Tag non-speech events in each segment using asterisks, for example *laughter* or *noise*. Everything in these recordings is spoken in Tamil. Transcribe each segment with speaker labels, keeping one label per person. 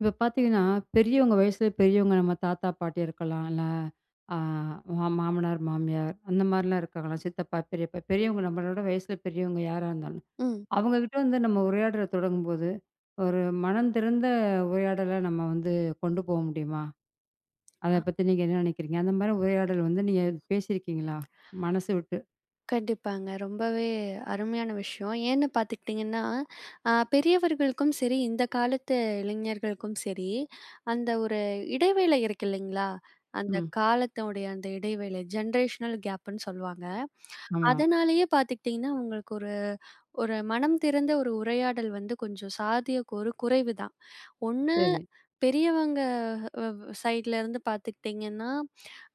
Speaker 1: இப்ப பார்த்தீங்கன்னா, பெரியவங்க வயசுல பெரியவங்க நம்ம தாத்தா, பாட்டி இருக்கலாம். இல்ல அ மா மாமனார், மாமியார் அந்த மாரிலாம் இருக்காங்கலாம். சித்தப்பா, பெரியப்பா, பெரியவங்க நம்மளோட வயசுல பெரியவங்க யாரா இருந்தாலும்.
Speaker 2: ம்.
Speaker 1: அவங்ககிட்ட வந்து நம்ம உரையாடல தொடங்கும்போது, ஒரு மனம் திறந்த உரையாடல நம்ம வந்து கொண்டு போக முடியுமா? அத பத்தி நீங்க என்ன நெனைக்கிறீங்க? அந்த மாரி உரையாடல் வந்து நீங்க பேசியிருக்கீங்களா? மனசு விட்டு.
Speaker 2: கண்டிப்பாங்க. ரொம்பவே அருமையான விஷயம். ஏன்னு பார்த்துக்கிட்டிங்கன்னா, பெரியவர்களுக்கும் சரி, இந்த காலத்து இளைஞர்களுக்கும் சரி, அந்த ஒரு இடைவேளை இருக்கு இல்லைங்களா? அந்த
Speaker 1: ம்.
Speaker 2: காலத்தோடைய அந்த இடைவேளை ஜென்ரேஷனல் கேப்புன்னு சொல்லுவாங்க.
Speaker 1: ஆமா.
Speaker 2: அதனாலேயே பார்த்துக்கிட்டிங்கன்னா, உங்களுக்கு ஒரு ஒரு மனம் திறந்த ஒரு உரையாடல் வந்து கொஞ்சம் சாத்தியக்கூறு குறைவு தான். ஒண்ணு
Speaker 1: சரி.
Speaker 2: பெரியவங்க சைட்லருந்து பார்த்துக்கிட்டிங்கன்னா,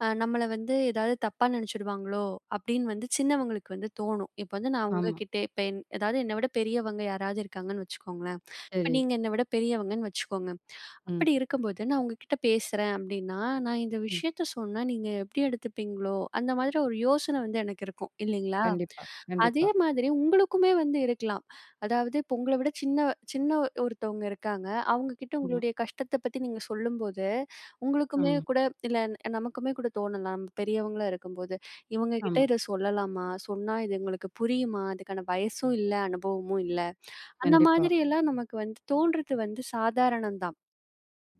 Speaker 2: நம்மள வந்து ஏதாவது தப்பா நெனச்சுடுவாங்களோ! அப்டின்னு வந்து சின்னவங்களுக்கு வந்து தோணும். இப்ப வந்து நான்
Speaker 1: ஆமா.
Speaker 2: உங்ககிட்ட இப்ப என் அதாவது என்ன விட பெரியவங்க யாராவது இருக்காங்கன்னு வச்சுக்கோங்களேன். இப்ப
Speaker 1: சரி.
Speaker 2: நீங்க என்ன விட பெரியவங்கன்னு வச்சுக்கோங்க.
Speaker 1: ம்.
Speaker 2: அப்படி இருக்கும்போது, நான் உங்ககிட்ட பேசுறேன் அப்படின்னா, நான் இந்த
Speaker 1: ம்.
Speaker 2: விஷயத்த சொன்னா நீங்க எப்படி எடுத்துப்பீங்களோ? அந்த மாதிரி ஒரு யோசனை வந்து எனக்கு இருக்கும். இல்லைங்களா?
Speaker 1: கண்டிப்பா,
Speaker 2: அதே
Speaker 1: கண்டிப்பா.
Speaker 2: மாதிரி உங்களுக்குமே வந்து இருக்கலாம். அதாவது இப்போ உங்கள விட சின்ன சின்ன ஒருத்தவங்க இருக்காங்க. அவங்க கிட்ட
Speaker 1: ஆமா,
Speaker 2: உங்களுடைய கஷ்டத்த பத்தி நீங்க சொல்லும்போது, உங்களுக்குமே
Speaker 1: ஆமா,
Speaker 2: கூட இல்ல நமக்குமே கூட தோணலாம். நம்ம பெரியவங்களா இருக்கும்போது. இவங்க கிட்ட
Speaker 1: ஆமா.
Speaker 2: இத சொல்லலாமா? சொன்னா இது எங்களுக்கு புரியுமா? அதுக்கான வயசும் இல்ல, அனுபவமும் இல்ல. அந்த
Speaker 1: கண்டிப்பா.
Speaker 2: மாதிரி எல்லாம் நமக்கு வந்து தோன்றது வந்து சாதாரணம் தான்.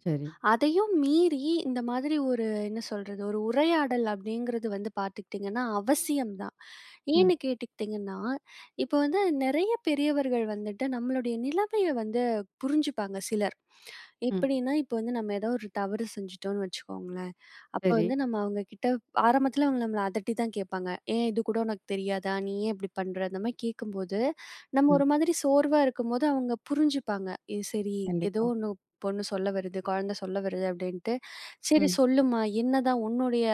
Speaker 1: சரி.
Speaker 2: அதையும் மீறி இந்த மாதிரி ஒரு என்ன சொல்றது, ஒரு உரையாடல் அப்படிங்கிறது வந்து பார்த்துக்கிட்டீங்கன்னா அவசியம் தான்.
Speaker 1: ம்.
Speaker 2: ஏன்னு கேட்டுக்கிட்டீங்கன்னா, இப்போ வந்து நெறைய பெரியவர்கள் வந்துட்டு நம்மளுடைய நிலைமைய வந்து புரிஞ்சுப்பாங்க சிலர்.
Speaker 1: ம்.
Speaker 2: எப்படின்னா, இப்போ வந்து நம்ம ஏதோ ஒரு தவறு செஞ்சுட்டோம்னு வச்சுக்கோங்களேன். அப்ப
Speaker 1: சரி.
Speaker 2: வந்து நம்ம அவங்க கிட்ட ஆரம்பத்துல அவங்க நம்மள அதட்டி தான் கேட்பாங்க. "ஏன் இது கூட உனக்கு தெரியாதா? நீ ஏன் இப்படி பண்ற?" அந்த மாரி கேட்கும்போது, நம்ம
Speaker 1: ம்.
Speaker 2: ஒரு மாதிரி சோர்வா இருக்கும்போது அவங்க புரிஞ்சுப்பாங்க. "இது சரி, ஏதோ
Speaker 1: கண்டிப்பா.
Speaker 2: ஒண்ணு பொண்ணு சொல்ல வருது, குழந்தை சொல்ல வருது" அப்படின்ட்டு. "சரி
Speaker 1: ம்.
Speaker 2: சொல்லுமா, என்னதான் உன்னுடைய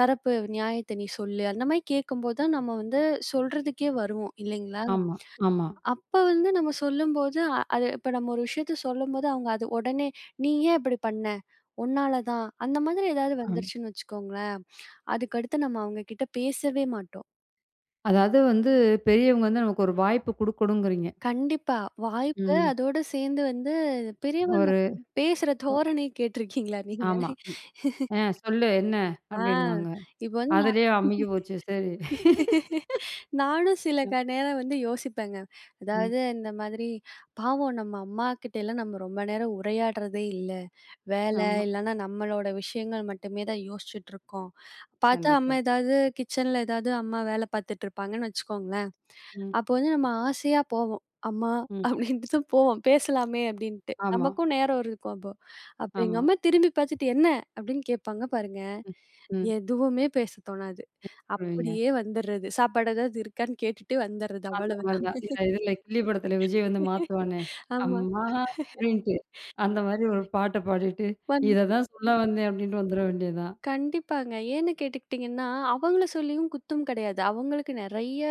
Speaker 2: தரப்பு நியாயத்த நீ சொல்லு." அந்த மாரி கேட்கும்போது தான் நம்ம வந்து சொல்றதுக்கே வருவோம் இல்லைங்களா?
Speaker 1: ஆமா, ஆமா.
Speaker 2: அப்ப வந்து நம்ம சொல்லும்போது, அது இப்ப நம்ம ஒரு விஷயத்த சொல்லும்போது, அவங்க அது உடனே, "நீ ஏன் இப்படி பண்ண? உன்னால தான்." அந்த மாதிரி ஏதாவது
Speaker 1: ஆம்.
Speaker 2: வந்துருச்சுன்னு வச்சுக்கோங்களேன், அதுக்கடுத்து நம்ம அவங்க கிட்ட பேசவே மாட்டோம்.
Speaker 1: அதாவது வந்து பெரியவங்க வந்து நமக்கு ஒரு வாய்ப்பு குடுக்கணுங்கிறீங்க.
Speaker 2: கண்டிப்பா. வாய்ப்பு
Speaker 1: ம்.
Speaker 2: அதோட சேர்ந்து வந்து பெரியவங்க
Speaker 1: ஒரு
Speaker 2: பேசுற
Speaker 1: ஒ.
Speaker 2: தோரணைய கேட்டுருக்கீங்களா நீங்க?
Speaker 1: ஆமா. "ஆ சொல்லு என்ன?"
Speaker 2: ஆ
Speaker 1: அப்படின்னுவாங்க.
Speaker 2: இப்ப வந்து
Speaker 1: அதுலயே அமுகி போச்சு. சரி.
Speaker 2: நானும் சில நேரம் வந்து யோசிப்பேங்க.
Speaker 1: ம்.
Speaker 2: அதாவது இந்த மாதிரி பாவம் நம்ம அம்மாகிட்டலாம் நம்ம ரொம்ப நேரம் உரையாடுறதே இல்ல. வேலை
Speaker 1: ஆமா.
Speaker 2: இல்லன்னா நம்மளோட விஷயங்கள் மட்டுமே தான் யோசிச்சுட்டுருக்கோம். பார்த்தா
Speaker 1: கண்டிப்பா.
Speaker 2: அம்மா ஏதாவது கிச்சன்ல ஏதாவது அம்மா வேலை பார்த்துட்டுருப்பாங்கன்னு வச்சுக்கோங்களேன்.
Speaker 1: ம்.
Speaker 2: அப்போ வந்து நம்ம ஆசையா போவோம். அம்மா
Speaker 1: ம்.
Speaker 2: அப்படின்ட்டு போவோம். பேசலாமே அப்படின்ட்டு.
Speaker 1: ஆமா,
Speaker 2: நமக்கும் நேரம் இருக்கும் அப்போ. அப்ப எங்க
Speaker 1: ஆமா.
Speaker 2: அம்மா திரும்பி பார்த்துட்டு, "என்ன?" அப்படின்னு கேட்பாங்க பாருங்க.
Speaker 1: ம். ம்.
Speaker 2: எதுவுமே பேச தோணாது.
Speaker 1: சொல்லுவீங்க.
Speaker 2: அப்படியே வந்துர்றது. சாப்பாடு ஏதாவது இருக்கான்னு கேட்டுட்டு வந்துர்றது
Speaker 1: அந்த
Speaker 2: அவ்வளவுதான்.
Speaker 1: மாரி தான். இந்த இதுல கில்லி படத்துல விஜய் வந்து மாத்துவானே,
Speaker 2: ஆமா.
Speaker 1: "அம்மா" அப்படின்ட்டு. அந்த மாரி ஒரு பாட்ட பாடிட்டு, "இத
Speaker 2: வந்துரும்.
Speaker 1: தான் சொல்ல வந்தேன்" அப்படின்ட்டு வந்துர வேண்டியது தான்.
Speaker 2: கண்டிப்பாங்க. ஏன்னு கேட்டுக்கிட்டீங்கன்னா, அவங்கள சொல்லியும் குத்தம் கிடையாது. அவங்களுக்கு நெறைய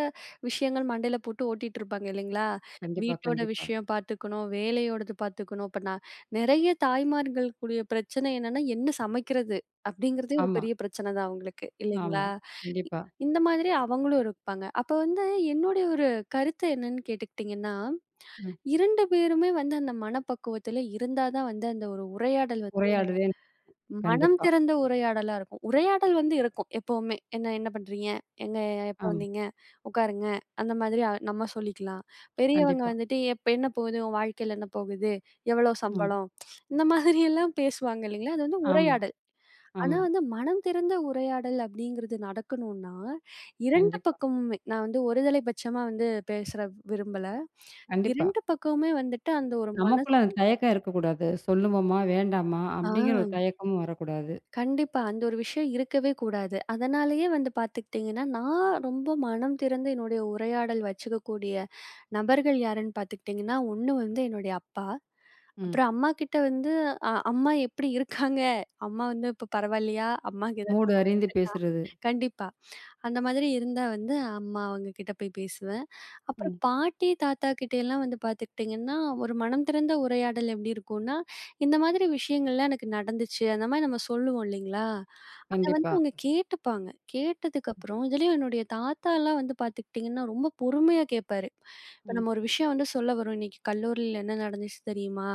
Speaker 2: விஷயங்கள் மண்டையில போட்டு ஓட்டிட்டு இருப்பாங்க இல்லைங்களா?
Speaker 1: கண்டிப்பா,
Speaker 2: வீட்டோட
Speaker 1: கண்டிப்பா.
Speaker 2: விஷயம் பார்த்துக்கணும், வேலையோடது பார்த்துக்கணும். இப்ப நான் நெறைய தாய்மார்களுக்குடைய பிரச்சனை என்னன்னா, என்ன சமைக்கிறது? அப்படிங்கிறதே ஒரு
Speaker 1: ஆமா.
Speaker 2: பெரிய பிரச்சனை தான் அவங்களுக்கு.
Speaker 1: ஆமா.
Speaker 2: இல்லைங்களா? இ
Speaker 1: கண்டிப்பா.
Speaker 2: இந்த மாதிரி அவங்களும் இருப்பாங்க. அப்ப வந்து என்னுடைய ஒரு கருத்து என்னன்னு கேட்டுக்கிட்டீங்கன்னா
Speaker 1: ம்.
Speaker 2: 2 பேருமே வந்து அந்த மனப்பக்குவத்துல இருந்தா தான் வந்து அந்த ஒரு உரையாடல் வந்து
Speaker 1: உரையாடுதே
Speaker 2: மனம்
Speaker 1: கண்டிப்பா,
Speaker 2: திறந்த உரையாடலா இருக்கும். உரையாடல் வந்து
Speaker 1: கண்டிப்பா.
Speaker 2: இருக்கும் எப்பவுமே. "என்ன என்ன பண்றீங்க? எங்க எப்ப
Speaker 1: ஆமா.
Speaker 2: வந்தீங்க? உட்காருங்க." அந்த மாதிரி நம்ம சொல்லிக்கலாம். பெரியவங்க
Speaker 1: கண்டிப்பா.
Speaker 2: வந்துட்டு, "எப்ப என்ன போகுது? உன் வாழ்க்கையில என்ன போகுது? எவ்வளோ
Speaker 1: ம்.
Speaker 2: சம்பளம்?" இந்த மாதிரி எல்லாம் பேசுவாங்க இல்லைங்களா? அது வந்து
Speaker 1: ஆமா,
Speaker 2: உரையாடல். ஆனா
Speaker 1: ஆமா.
Speaker 2: வந்து மனம் திறந்த உரையாடல் அப்படிங்கிறது நடக்கணும்னா, 2
Speaker 1: கண்டிப்பா,
Speaker 2: பக்கமுமே நான் வந்து ஒருதலை பட்சமா வந்து பேசற விரும்பல.
Speaker 1: கண்டிப்பா.
Speaker 2: 2 பக்கமுமே வந்துட்டு அந்த ஒரு மனசு
Speaker 1: நமக்குள்ள அந்த தயக்கம் இருக்கக்கூடாது. சொல்லுவோமா? வேண்டாமா?
Speaker 2: ஆ
Speaker 1: அப்படிங்கிற ஒரு தயக்கமும் வரக்கூடாது.
Speaker 2: கண்டிப்பா. அந்த ஒரு விஷயம் இருக்கவே கூடாது. அதனாலேயே வந்து பார்த்துக்கிட்டீங்கன்னா, நான் ரொம்ப மனம் திறந்து என்னுடைய உரையாடல் வச்சுக்கக்கூடிய நபர்கள் யாருன்னு பார்த்துக்கிட்டீங்கன்னா, 1 வந்து என்னுடைய அப்பா.
Speaker 1: ம்.
Speaker 2: அப்புறம் அம்மாகிட்ட வந்து அம்மா எப்படி இருக்காங்க? அம்மா வந்து இப்ப பரவாயில்லையா? அம்மாக்கு ஏதாவது
Speaker 1: மூடு அறிந்து பேசுறது.
Speaker 2: கண்டிப்பா. அந்த மாதிரி இருந்தா வந்து அம்மா அவங்ககிட்ட போய் பேசுவேன். அப்புறம்
Speaker 1: ம்.
Speaker 2: பாட்டி, தாத்தா கிட்டேல்லாம் வந்து பார்த்துக்கிட்டிங்கன்னா, ஒரு மனம் திறந்த உரையாடல் எப்படி இருக்கும்னா, இந்த மாதிரி விஷயங்கள்லாம் எனக்கு நடந்துச்சு. அந்த மாதிரி நம்ம சொல்லுவோம் இல்லைங்களா? அத வந்து
Speaker 1: கண்டிப்பா.
Speaker 2: அவங்க கேட்டுப்பாங்க. கேட்டதுக்கப்புறம் இதுலயும் என்னுடைய தாத்தாலாம் வந்து பார்த்துக்கிட்டீங்கன்னா, ரொம்ப பொறுமையா கேட்பாரு. இப்ப
Speaker 1: ம்.
Speaker 2: நம்ம ஒரு விஷயம் வந்து சொல்ல வரோம், "இன்னைக்கு கல்லூரியில என்ன நடந்துச்சு தெரியுமா?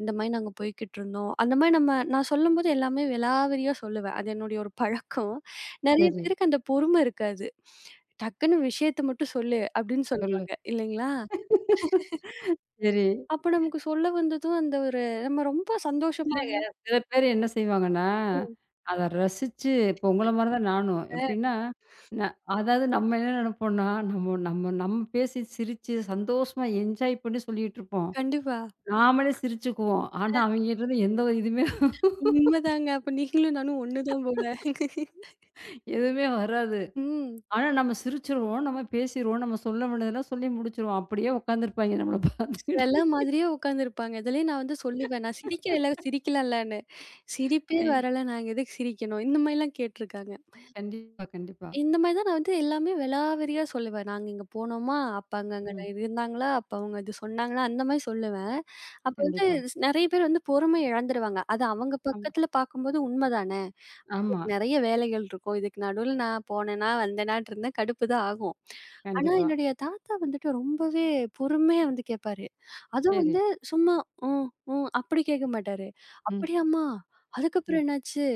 Speaker 2: இந்த மாரி நாங்க போய்க்கிட்டுருந்தோம்." அந்த மாரி நம்ம நான் சொல்லும்போது எல்லாமே விலாவரியா சொல்லுவேன். அது என்னுடைய ஒரு பழக்கம். நெறைய
Speaker 1: சரி.
Speaker 2: பேருக்கு அந்த பொறுமை இருக்காது. டக்குன்னு விஷயத்த மட்டும் சொல்லு அப்படின்னு
Speaker 1: சொல்லு.
Speaker 2: சொல்லுவாங்க. இல்லைங்களா?
Speaker 1: *laughs* சரி.
Speaker 2: அப்ப நமக்கு சொல்ல வந்ததும் அந்த ஒரு நம்ம ரொம்ப
Speaker 1: இல்லங்க.
Speaker 2: சந்தோஷமாவுல
Speaker 1: சில பேர் என்ன செய்வாங்கன்னா, அத ரசிச்சு இப்போ உங்கள மாரி தான் நானும். எப்படின்னா, ந அதாவது நம்ம என்ன நெனைப்போம்னா, நம்ம நம்ம நம்ம பேசி சிரிச்சு சந்தோஷமா என்ஜாய் பண்ணி சொல்லிட்டுருப்போம்.
Speaker 2: கண்டிப்பா.
Speaker 1: நாமளே சிரிச்சுக்குவோம். ஆனா, அவங்ககிட்டருந்து எந்த ஒரு இதுவுமே
Speaker 2: உண்மதாங்க. அப்ப நீங்களும் நானும் ஒண்ணுதான் போல.
Speaker 1: எதுவுமே வராது.
Speaker 2: ம்.
Speaker 1: ஆனா, நம்ம சிரிச்சுருவோம், நம்ம பேசிருவோம், நம்ம சொல்ல வேண்டியதெல்லாம் சொல்லி முடிச்சுருவோம். அப்படியே உட்காந்துருப்பாய்ங்க நம்மள பார்த்துக்கிட்டு.
Speaker 2: செல மாதிரியே உட்காந்துருப்பாங்க. இதுலயே நான் வந்து சொல்லுவேன். நான் சிரிக்கிறேன்ல, சிரிக்கலாம்லன்னு. சிரிப்பே
Speaker 1: ஏய்
Speaker 2: வரல, நாங்க எதுக்கு சிரிக்கணும்? இந்த மாரிலாம் கேட்டுருக்காங்க.
Speaker 1: கண்டிப்பா, கண்டிப்பா.
Speaker 2: இந்த மாரி தான் நான் வந்து எல்லாமே விலாவரியா சொல்லுவேன். நாங்க இங்க போனோமா, அப்ப அங்க அங்க
Speaker 1: ம்.
Speaker 2: நான் இருந்தாங்களா, அப்ப அவங்க இது சொன்னாங்களா, அந்த மாரி சொல்லுவேன். அப்ப வந்து
Speaker 1: கண்டிப்பா.
Speaker 2: நெறைய பேர் வந்து பொறுமை இழந்துருவாங்க. அது அவங்க
Speaker 1: ஆமா.
Speaker 2: பக்கத்துல பார்க்கும்போது உண்ம தான.
Speaker 1: ஆமா.
Speaker 2: நெறைய வேலைகள் இருக்கும். இதுக்கு நடுவுல நான் போனேனா, வந்தேனான்ட்டு இருந்தா கடுப்பு தான் ஆகும். ஆனா,
Speaker 1: கண்டிப்பா.
Speaker 2: என்னுடைய தாத்தா வந்துட்டு ரொம்பவே பொறுமையா வந்து கேட்பாரு. அதுவும்
Speaker 1: சரி.
Speaker 2: வந்து சும்மா ம், ம் அப்படி கேட்க மாட்டாரு.
Speaker 1: ம்,
Speaker 2: "அப்படியாம்மா?
Speaker 1: ம்,
Speaker 2: அதுக்கப்புறம் என்னாச்சு?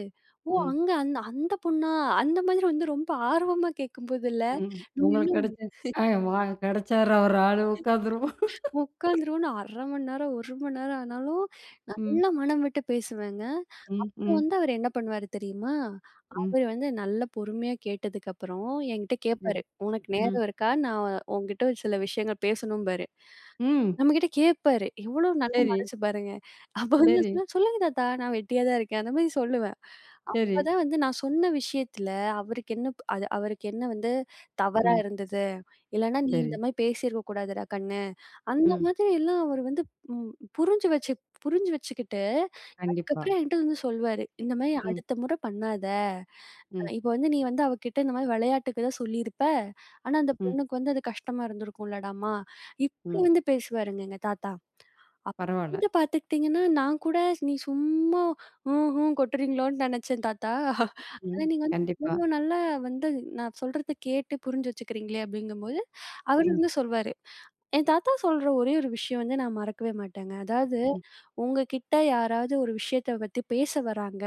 Speaker 2: ஓ!
Speaker 1: ம்.
Speaker 2: அங்க அந்த அந்த பொண்ணா?" அந்த மாதிரி வந்து ரொம்ப ஆர்வமா கேட்கும்போதுல்ல,
Speaker 1: ம்.
Speaker 2: நம்ம
Speaker 1: உங்களுக்கு
Speaker 2: இன்னும்
Speaker 1: கிடைச்ச ஆ வா கிடைச்சாரு அவர் ஆளு உட்காந்துருவோம்.
Speaker 2: உட்காந்துருவோம்னு 1/2 மணி நேரம், 1 மணி நேரம் ஆனாலும்
Speaker 1: ம்,
Speaker 2: நல்லா மனம் விட்டு பேசுவேங்க.
Speaker 1: ம்,
Speaker 2: அப்புறம்
Speaker 1: ம்,
Speaker 2: வந்து அவரு என்ன பண்ணுவாரு தெரியுமா?
Speaker 1: ம்.
Speaker 2: அவரு வந்து நல்லா பொறுமையா கேட்டதுக்கப்புறம் என்கிட்ட
Speaker 1: சரி.
Speaker 2: கேட்பாரு. "உனக்கு
Speaker 1: ம்,
Speaker 2: நேரம் இருக்கா? நான் உன்கிட்ட ஒரு சில விஷயங்கள் பேசணும்பாரு."
Speaker 1: ம்.
Speaker 2: நம்மகிட்ட கேட்பாரு. எவ்வளோ நல்ல ம்.
Speaker 1: சரி,
Speaker 2: மனசு பாருங்க. அப்ப வந்து ம். நான்
Speaker 1: சரி,
Speaker 2: சொன்னேன், "சொல்லுங்க தாத்தா, நான் வெட்டியா தான் இருக்கேன்." அந்த மாரி சொல்லுவேன்.
Speaker 1: சரி.
Speaker 2: அப்பதான் வந்து நான் சொன்ன விஷயத்துல அவருக்கு என்ன அது அவருக்கு என்ன வந்து தவறா
Speaker 1: ம்.
Speaker 2: இருந்தது? இல்லன்னா, "நீ
Speaker 1: சரி.
Speaker 2: இந்த மாரி பேசியிருக்க கூடாதுடா கண்ணு." அந்த
Speaker 1: ம்.
Speaker 2: மாதிரி எல்லாம் அவரு வந்து ம் புரிஞ்சு வச்சு புரிஞ்சு வச்சுக்கிட்டு,
Speaker 1: கண்டிப்பா.
Speaker 2: அதுக்கப்புறம் என்கிட்ட வந்து சொல்வாரு. "இந்த மாரி
Speaker 1: ம்,
Speaker 2: அடுத்த முறை பண்ணாத.
Speaker 1: ம்,
Speaker 2: இப்ப வந்து நீ வந்து அவகிட்ட இந்த மாரி விளையாட்டுக்கு தான் சொல்லியிருப்ப. ஆனா, அந்த
Speaker 1: ம்,
Speaker 2: பொண்ணுக்கு வந்து அது கஷ்டமா இருந்திருக்கும்லடாம்மா." இப்படி
Speaker 1: ம்.
Speaker 2: வந்து பேசுவாருங்க எங்க தாத்தா.
Speaker 1: பரவால்ல.
Speaker 2: அப்பருந்து பார்த்துக்கிட்டீங்கன்னா, நான் கூட நீ சும்மா ம், ஹும் கொட்டுறீங்களோன்னு நெனச்சேன் தாத்தா.
Speaker 1: ம்.
Speaker 2: ஆனா நீங்க வந்து
Speaker 1: கண்டிப்பா.
Speaker 2: இவ்வளோ நல்லா வந்து நான் சொல்றத கேட்டு புரிஞ்சு வச்சுக்கிறீங்களே அப்படிங்கும்போது, அவரு
Speaker 1: ம்,
Speaker 2: வந்து சொல்வாரு. என் தாத்தா சொல்ற ஒரே ஒரு விஷயம் வந்து நான் மறக்கவே மாட்டேங்க. அதாவது
Speaker 1: ம்.
Speaker 2: உங்ககிட்ட யாராவது ஒரு விஷயத்த பத்தி பேச வராங்க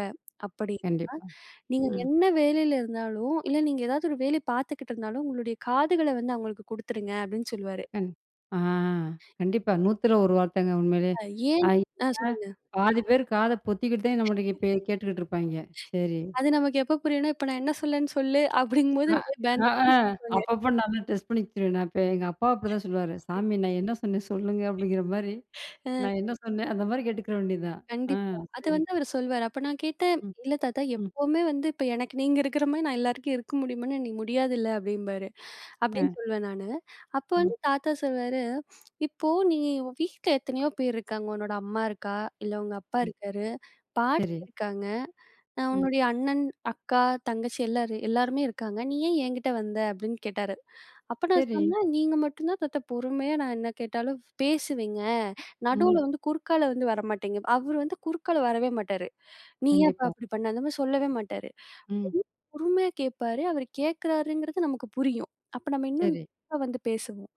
Speaker 2: அப்படின்னா,
Speaker 1: கண்டிப்பா.
Speaker 2: நீங்க
Speaker 1: ம்.
Speaker 2: என்ன வேலையில இருந்தாலும், இல்ல நீங்க ஏதாவது ஒரு வேலை பார்த்துக்கிட்டு இருந்தாலும், உங்களுடைய காதுகள வந்து அவங்களுக்கு குடுத்துருங்க அப்படின்னு சொல்லுவாரு.
Speaker 1: கண் ஆ கண்டிப்பா. 100ல 1 வார்த்தைங்க உண்மையிலயே.
Speaker 2: அ ஏன்
Speaker 1: ஏன்னா,
Speaker 2: சொல்லுங்க.
Speaker 1: பாதி பேர் காத பொத்திக்கிட்டு தான் நம்மளுக்கு இப்ப கேட்டுக்கிட்டு இருப்பாய்ங்க. சரி.
Speaker 2: அது நமக்கு எப்ப புரியும்னா, "இப்ப நான் என்ன சொல்லேன்னு சொல்லு" அப்படிங்கும்போது
Speaker 1: அ
Speaker 2: அப்படியே
Speaker 1: அ
Speaker 2: பேந்து
Speaker 1: ஆ
Speaker 2: பேந்து
Speaker 1: அப்பப்ப நான்லாம் டெஸ்ட் பண்ணிக்கிருவேன். நான் இப்ப எங்க அப்பா அப்படிதான் சொல்லுவாரு. "சாமி நான் என்ன சொன்னேன் சொல்லுங்க" அப்படிங்கிற மாரி.
Speaker 2: அ
Speaker 1: நான் என்ன சொன்னேன் அந்த மாரி கேட்டுக்கிற வேண்டியதுதான். ஆ
Speaker 2: கண்டிப்பா. அது
Speaker 1: சரி.
Speaker 2: வந்து அவரு சொல்வாரு. அப்ப நான் கேட்டேன்,
Speaker 1: ம்,
Speaker 2: "இல்ல தாத்தா
Speaker 1: ம்,
Speaker 2: எப்பவுமே வந்து இப்ப எனக்கு நீங்க இருக்கிற மாரி நான் எல்லாருக்கும் இருக்க முடியுமான்னு நீ முடியாதுல்ல" அப்படிம்பாரு. அப்படின்னு
Speaker 1: ஆ,
Speaker 2: சொல்வேன் நானு. அப்ப
Speaker 1: ம்,
Speaker 2: வந்து தாத்தா சொல்வாரு, "இப்போ நீ உன் வீட்ல எத்தனையோ பேர் இருக்காங்க. உன்னோட அம்மா இருக்கா, இல்ல உங்க அப்பா
Speaker 1: ம்.
Speaker 2: இருக்காரு,
Speaker 1: சரி.
Speaker 2: பாட்டி இருக்காங்க.
Speaker 1: ம்.
Speaker 2: "உன்னுடைய அண்ணன், அக்கா, தங்கச்சி எல்லாருமே இருக்காங்க. நீ ஏன் என்கிட்ட வந்த?" அப்படின்னு கேட்டாரு. அப்ப நான்
Speaker 1: சரி.
Speaker 2: சொன்னேன், "நீங்க மட்டும் தான் தாத்தா பொறுமையா நான் என்ன கேட்டாலும் பேசுவீங்க.
Speaker 1: ம்.
Speaker 2: நடுவுல வந்து குறுக்கால வந்து வரமாட்டீங்க." அவரு வந்து குறுக்கால வரவே மாட்டாரு. "நீ ஏன்ப்பா
Speaker 1: கண்டிப்பா.
Speaker 2: அப்படி பண்ண?" அந்த மாரி சொல்லவே மாட்டாரு.
Speaker 1: ம்.
Speaker 2: பொறுமையா கேட்பாரு. அவரு கேட்கிறாருங்கிறது நமக்கு புரியும். அப்ப நம்ம இன்னும்
Speaker 1: சரி.
Speaker 2: டீப்பா வந்து பேசுவோம்.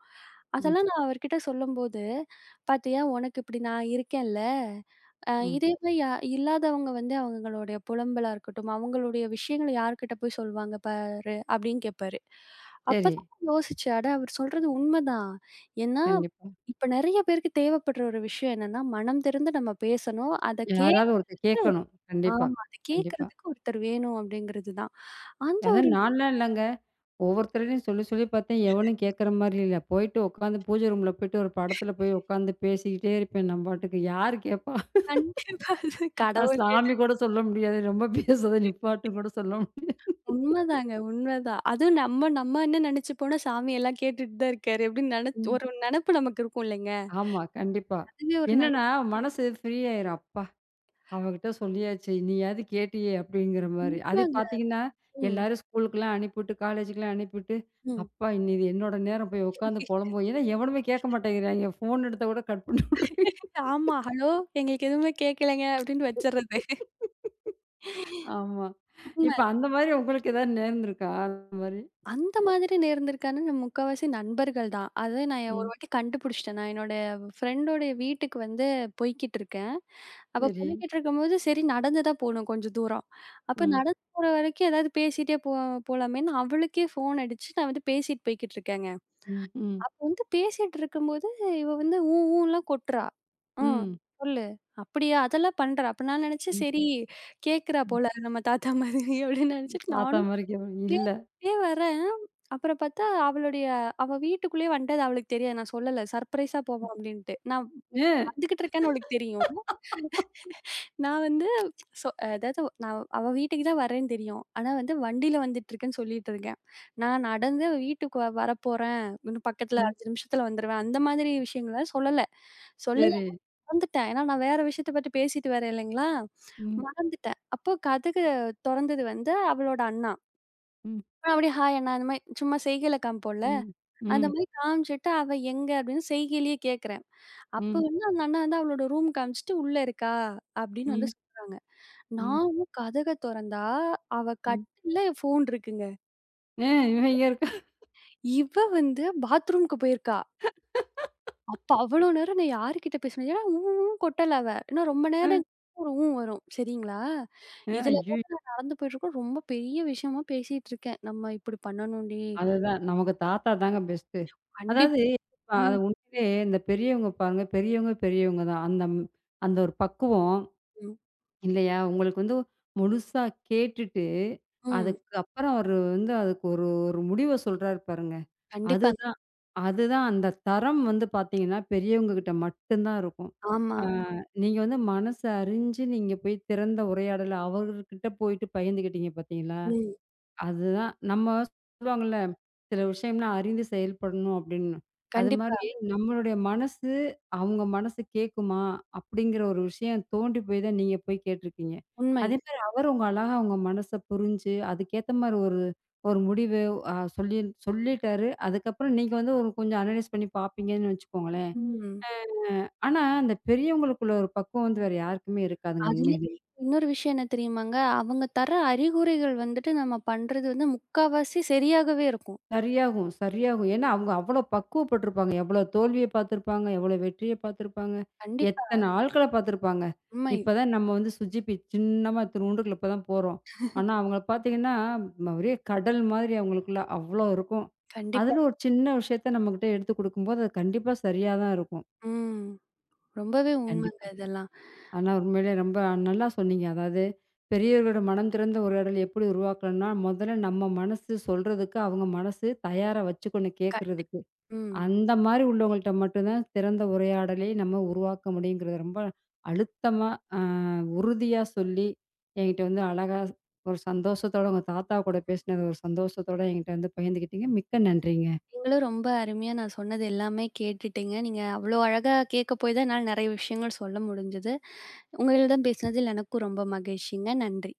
Speaker 1: ம்,
Speaker 2: அதெல்லாம் நான் அவர்கிட்ட சொல்லும்போது, "பாத்தியா உனக்கு இப்படி நான் இருக்கேன்ல.
Speaker 1: ம்.
Speaker 2: இதே மாரி இல்லாதவங்க வந்து அவங்களுடைய புலம்பலா இருக்கட்டும், அவங்களுடைய விஷயங்கள யார்கிட்ட போய் சொல்வாங்க பாரு" அப்படின்னு கேட்பாரு.
Speaker 1: சரி.
Speaker 2: அப்பதான் நான் யோசிச்சேன், அட அவர் சொல்றது உண்மைதான். ஏன்னா,
Speaker 1: கண்டிப்பா.
Speaker 2: இப்ப நெறைய பேருக்கு தேவைப்படுற ஒரு விஷயம் என்னன்னா, மனம் திறந்து நம்ம பேசணும். அத கேக்
Speaker 1: யாராவது ஒருத்தர் கேட்கணும். கண்டிப்பா,
Speaker 2: ஆமா. அத
Speaker 1: கண்டிப்பா.
Speaker 2: கேட்கறதுக்கு ஒருத்தர் வேணும் அப்படிங்கிறது தான். அந்த
Speaker 1: அதான்
Speaker 2: ஒரு
Speaker 1: நான்லாம் இல்லங்க. ஒவ்வொருத்தர்ட்டயும் சொல்லி சொல்லி பார்த்தேன். எவனும் கேட்குற மாரி இல்ல. போயிட்டு உட்காந்து பூஜை ரூம்ல போயிட்டு ஒரு படத்துல போய் உட்காந்து பேசிக்கிட்டே இருப்பேன் நான் பாட்டுக்கு. யாரு கேட்பா?
Speaker 2: கண்டிப்பா. அது
Speaker 1: நான்
Speaker 2: கடவுள் கேட்ட
Speaker 1: சாமி கூட சொல்ல முடியாது. ரொம்ப பேசுறத நிப்பாட்டுன்னு கூட சொல்ல முடியாது.
Speaker 2: உண்மதாங்க, உண்மதான். அதுவும் நம்ம நம்ம என்ன நெனச்சுப்போனா, சாமி எல்லாம் கேட்டுட்டு தான் இருக்காரு அப்படின்னு
Speaker 1: ம்.
Speaker 2: ஒரு நெனப்பு நமக்கு இருக்கும் இல்லைங்க.
Speaker 1: ஆமா, கண்டிப்பா.
Speaker 2: அதுவே ஒரு நல்ல
Speaker 1: என்னன்னா மனசு ஃப்ரீ ஆயிரும். அப்பா! அவகிட்ட சொல்லியாச்சு. நீயாவது கேட்டியே! அப்படிங்கிற மாரி. அது
Speaker 2: உண்மங்க.
Speaker 1: பார்த்தீங்கன்னா,
Speaker 2: ம்,
Speaker 1: எல்லாரும் ஸ்கூலுக்குலாம் அனுப்பிவிட்டு, காலேஜுக்குலாம் அனுப்பிவிட்டு,
Speaker 2: ம்.
Speaker 1: அப்பா! இனி இது என்னோட நேரம் போய் உட்காந்து
Speaker 2: *laughs*
Speaker 1: பொலம்புவோம். ஏன்னா எவனுமே கேட்க மாட்டேங்கிறாய்ங்க. ஃபோன் எடுத்தா கூட கட் பண்ணி விடுறாய்ங்க.
Speaker 2: ஆமா. ஹலோ எங்களுக்கு எதுவுமே கேட்கலைங்க அப்படின்னு வச்சர்றது.
Speaker 1: ஆமா. இப்ப அந்த மாரி உங்களுக்கு ஏதாவது நேர்ந்திருக்கா? அந்த மாரி?
Speaker 2: அந்த மாதிரி நேர்ந்திருக்கான்னா, முக்காவாசி நண்பர்கள் தான். அது நான் ஒரு
Speaker 1: ம்.
Speaker 2: வாட்டி கண்டுபிடிச்சுட்டேன். நான் என்னோட ஃப்ரெண்டோடைய வீட்டுக்கு வந்து போய்க்கிட்டு இருக்கேன். அப்ப
Speaker 1: சரி.
Speaker 2: போய்க்கிட்டு இருக்கும்போது, சரி நடந்து தான் போணும் கொஞ்சம் தூரம். அப்ப
Speaker 1: ம்.
Speaker 2: நடந்து போற வரைக்கும் ஏதாவது பேசிட்டே போலாமேன்னு அவளுக்கே ஃபோன் அடிச்சு, நான் வந்து பேசிட்டு போய்க்கிட்டு இருக்கேங்க.
Speaker 1: ம். ம்.
Speaker 2: அப்போ வந்து பேசிட்டு இருக்கும்போது, இவ வந்து ஊன்லாம் கொட்டுறா. ம்
Speaker 1: ம்.
Speaker 2: சொல்லு. அப்படியா? அதெல்லாம் பண்றா. அப்ப நான் நெனச்சேன்,
Speaker 1: ம்.
Speaker 2: சரி கேட்கிறா
Speaker 1: ம்.
Speaker 2: போல நம்ம தாத்தா மாதிரி அப்படின்னு நெனச்சுட்டு
Speaker 1: தாத்தா
Speaker 2: நானும்
Speaker 1: மாரி கேப் இல்ல.
Speaker 2: பேசிட்டே வரேன். அப்புறம் பார்த்தா அவளுடைய அவ வீட்டுக்குள்ளேயே வந்துட்டு அது அவளுக்கு தெரியாது. நான் சொல்லல. சர்ப்ரைஸா போவோம் அப்டின்ட்டு. நான்
Speaker 1: ஏன்?
Speaker 2: வந்துகிட்டு இருக்கேன்னு அவளுக்கு தெரியும். நான் வந்து சொ அதாவது நான் அவ வீட்டுக்கு தான் வரேன்னு தெரியும். ஆனா வந்து வண்டியில வந்துட்டுருக்கேன்னு சொல்லிட்டு இருக்கேன். நான் நடந்து அவ வீட்டுக்கு வரப்போறேன். இன்னும் பக்கத்துல
Speaker 1: ம்.
Speaker 2: 5 நிமிஷத்துல வந்துருவேன். அந்த மாதிரி விஷயங்கள சொல்லல. சொல்லல
Speaker 1: சரி.
Speaker 2: மறந்துட்டேன். ஏன்னா நான் வேற விஷயத்த பத்தி பேசிட்டு வேற இல்லைங்களா?
Speaker 1: ம்.
Speaker 2: மறந்துட்டேன். அப்போ கதவு தொறந்தது வந்து அவளோட அண்ணா.
Speaker 1: ம்.
Speaker 2: அப்படி ஹாய் அண்ணா அந்த மாரி சும்மா செய்கையில காமிப்போம்ல.
Speaker 1: ம்.
Speaker 2: அந்த
Speaker 1: ம்.
Speaker 2: ம். மாரி காமிச்சுட்டு, "அவ எங்க?" அப்படின்னு செய்கையிலேயே கேட்கிறேன். அப்ப
Speaker 1: ம்.
Speaker 2: வந்து அந்த அண்ணா வந்து அவளோட ரூம் காமிச்சுட்டு, "உள்ள இருக்கா?" அப்படின்னு வந்து
Speaker 1: ம்.
Speaker 2: சொல்றாங்க.
Speaker 1: ம்.
Speaker 2: நானும் கதவ தொறந்தா, அவ
Speaker 1: ம்.
Speaker 2: கட்டில்ல ஃபோன் இருக்குங்க.
Speaker 1: ஏன் இவன் இங்க இருக்கா?
Speaker 2: இவ வந்து பாத்ரூம்க்கு போயிருக்கா. அப்ப அவ்வளோ நேரம் நான் யார்கிட்ட பேசினேன்? ஏன்னா ஊன்னு கொட்டல அவ. ஏன்னா ரொம்ப
Speaker 1: அ,
Speaker 2: நேரம் ஒரு ஊ வரும். சரிங்களா?
Speaker 1: அ,
Speaker 2: இதுல
Speaker 1: ஐயயோ!
Speaker 2: நடந்து போயிட்டுருக்கோம். ரொம்ப பெரிய விஷயமா பேசிட்டு இருக்கேன். "நம்ம இப்படி பண்ணணும்டி.
Speaker 1: அதுதான். நமக்கு தாத்தா தாங்க பெஸ்ட்டு.
Speaker 2: கண்டிப்"
Speaker 1: அதாவது அ
Speaker 2: ம்,
Speaker 1: உண்மையிலே இந்த பெரியவங்க பாருங்க, பெரியவங்க பெரியவங்க தான். அந்த அந்த ஒரு பக்குவம்
Speaker 2: ம்,
Speaker 1: இல்லையா? உங்களுக்கு வந்து முழுசா கேட்டுட்டு,
Speaker 2: ம்.
Speaker 1: அதுக்கு அப்புறம் அவரு வந்து அதுக்கு ஒரு ஒரு முடிவ சொல்றாரு பாருங்க.
Speaker 2: கண்டிப்பா.
Speaker 1: அதுதான் அதுதான் அந்த தரம் வந்து பார்த்தீங்கன்னா, பெரியவங்க கிட்ட மட்டும் தான் இருக்கும்.
Speaker 2: ஆமா.
Speaker 1: ஆ நீங்க வந்து மனச அறிஞ்சு நீங்க போய் திறந்த உரையாடல அவர்கிட்ட போயிட்டு பகிர்ந்துக்கிட்டீங்க பார்த்தீங்களா?
Speaker 2: ம்.
Speaker 1: அதுதான். நம்ம சொல்லுவாங்கல்ல, சில விஷயம்லாம் அறிந்து செயல்படணும் அப்படின்னு. அது மாரி
Speaker 2: கண்டிப்பா.
Speaker 1: நம்மளுடைய மனசு, அவங்க மனசு கேட்குமா? அப்படிங்கிற ஒரு விஷயம் தோண்டி போய் தான் நீங்க போய் கேட்டுருக்கீங்க.
Speaker 2: உண்மை.
Speaker 1: அதே மாரி அவர் உங்க அழகா உங்க மனச புரிஞ்சு, அதுக்கேத்த மாரி ஒரு ஒரு முடிவு அ சொல்லி சொல்லிட்டாரு. அதுக்கப்புறம் நீங்க வந்து ஒரு கொஞ்சம் அனலைஸ் பண்ணி பார்ப்பீங்கன்னு வச்சுக்கோங்களேன்.
Speaker 2: ம்.
Speaker 1: ஆனா, அந்த பெரியவங்களுக்குள்ள ஒரு பக்குவம் வந்து வேற யாருக்குமே இருக்காதுங்க
Speaker 2: அதுலயும்
Speaker 1: உண்மையிலே.
Speaker 2: இன்னொரு விஷயம் என்ன தெரியுமாங்க? அவங்க தர அறிகுறிகள் வந்துட்டு நம்ம பண்றது வந்து முக்காவாசி சரியாகவே இருக்கும்.
Speaker 1: சரியாகும், சரியாகும். ஏன்னா, அவங்க அவ்வளோ பக்குவப்பட்டுருப்பாங்க. எவ்வளோ தோல்விய பார்த்துருப்பாங்க, எவ்வளோ வெற்றிய பார்த்துருப்பாங்க,
Speaker 2: கண்டிப்பா.
Speaker 1: எத்தன ஆட்கள பார்த்துருப்பாங்க.
Speaker 2: உண்மை.
Speaker 1: இப்ப தான் நம்ம வந்து சுஜிபி சின்னமா இத்துணூண்டுக்குள்ள இப்ப தான் போறோம். ஆனா, அவங்கள பார்த்தீங்கன்னா, ஒரே கடல் மாதிரி அவங்களுக்குள்ள அவ்வளோ இருக்கும்.
Speaker 2: கண்டிப்பா.
Speaker 1: அதில ஒரு சின்ன விஷயத்த நம்மகிட்ட எடுத்து குடுக்கும்போது, அது கண்டிப்பா சரியா தான் இருக்கும்.
Speaker 2: ம். ரொம்பவே உண்மைங்க
Speaker 1: கண்டிப்பா.
Speaker 2: இதெல்லாம்.
Speaker 1: ஆனா, உண்மையிலே ரொம்ப நல்லா சொன்னீங்க. அதாவது பெரியவர்களோட மனம் திறந்த உரையாடல் எப்படி உருவாக்கணும்னா, முதல்ல நம்ம மனசு சொல்றதுக்கு, அவங்க மனசு தயாரா வச்சுக்கணும்
Speaker 2: கண்டி
Speaker 1: கேட்கறதுக்கு.
Speaker 2: ம்.
Speaker 1: அந்த மாரி உள்ளவங்கள்ட்ட மட்டும் தான் திறந்த உரையாடலே நம்ம உருவாக்க முடியுங்கிறத ரொம்ப அழுத்தமா, அ உறுதியா சொல்லி, என்கிட்ட வந்து அழகா ஒரு சந்தோஷத்தோட உங்க தாத்தா கூட பேசினது ஒரு சந்தோஷத்தோட என்கிட்ட வந்து பகிர்ந்துக்கிட்டீங்க. மிக்க நன்றிங்க.
Speaker 2: நீங்களும் ரொம்ப அருமையா நான் சொன்னது எல்லாமே கேட்டுட்டீங்க. நீங்க அவ்ளோ அழகா கேட்க போய் தான் என்னால நெறைய விஷயங்கள் சொல்ல முடிஞ்சது. உங்களிடம் பேசினதில் எனக்கும் ரொம்ப மகிழ்ச்சிங்க. நன்றி.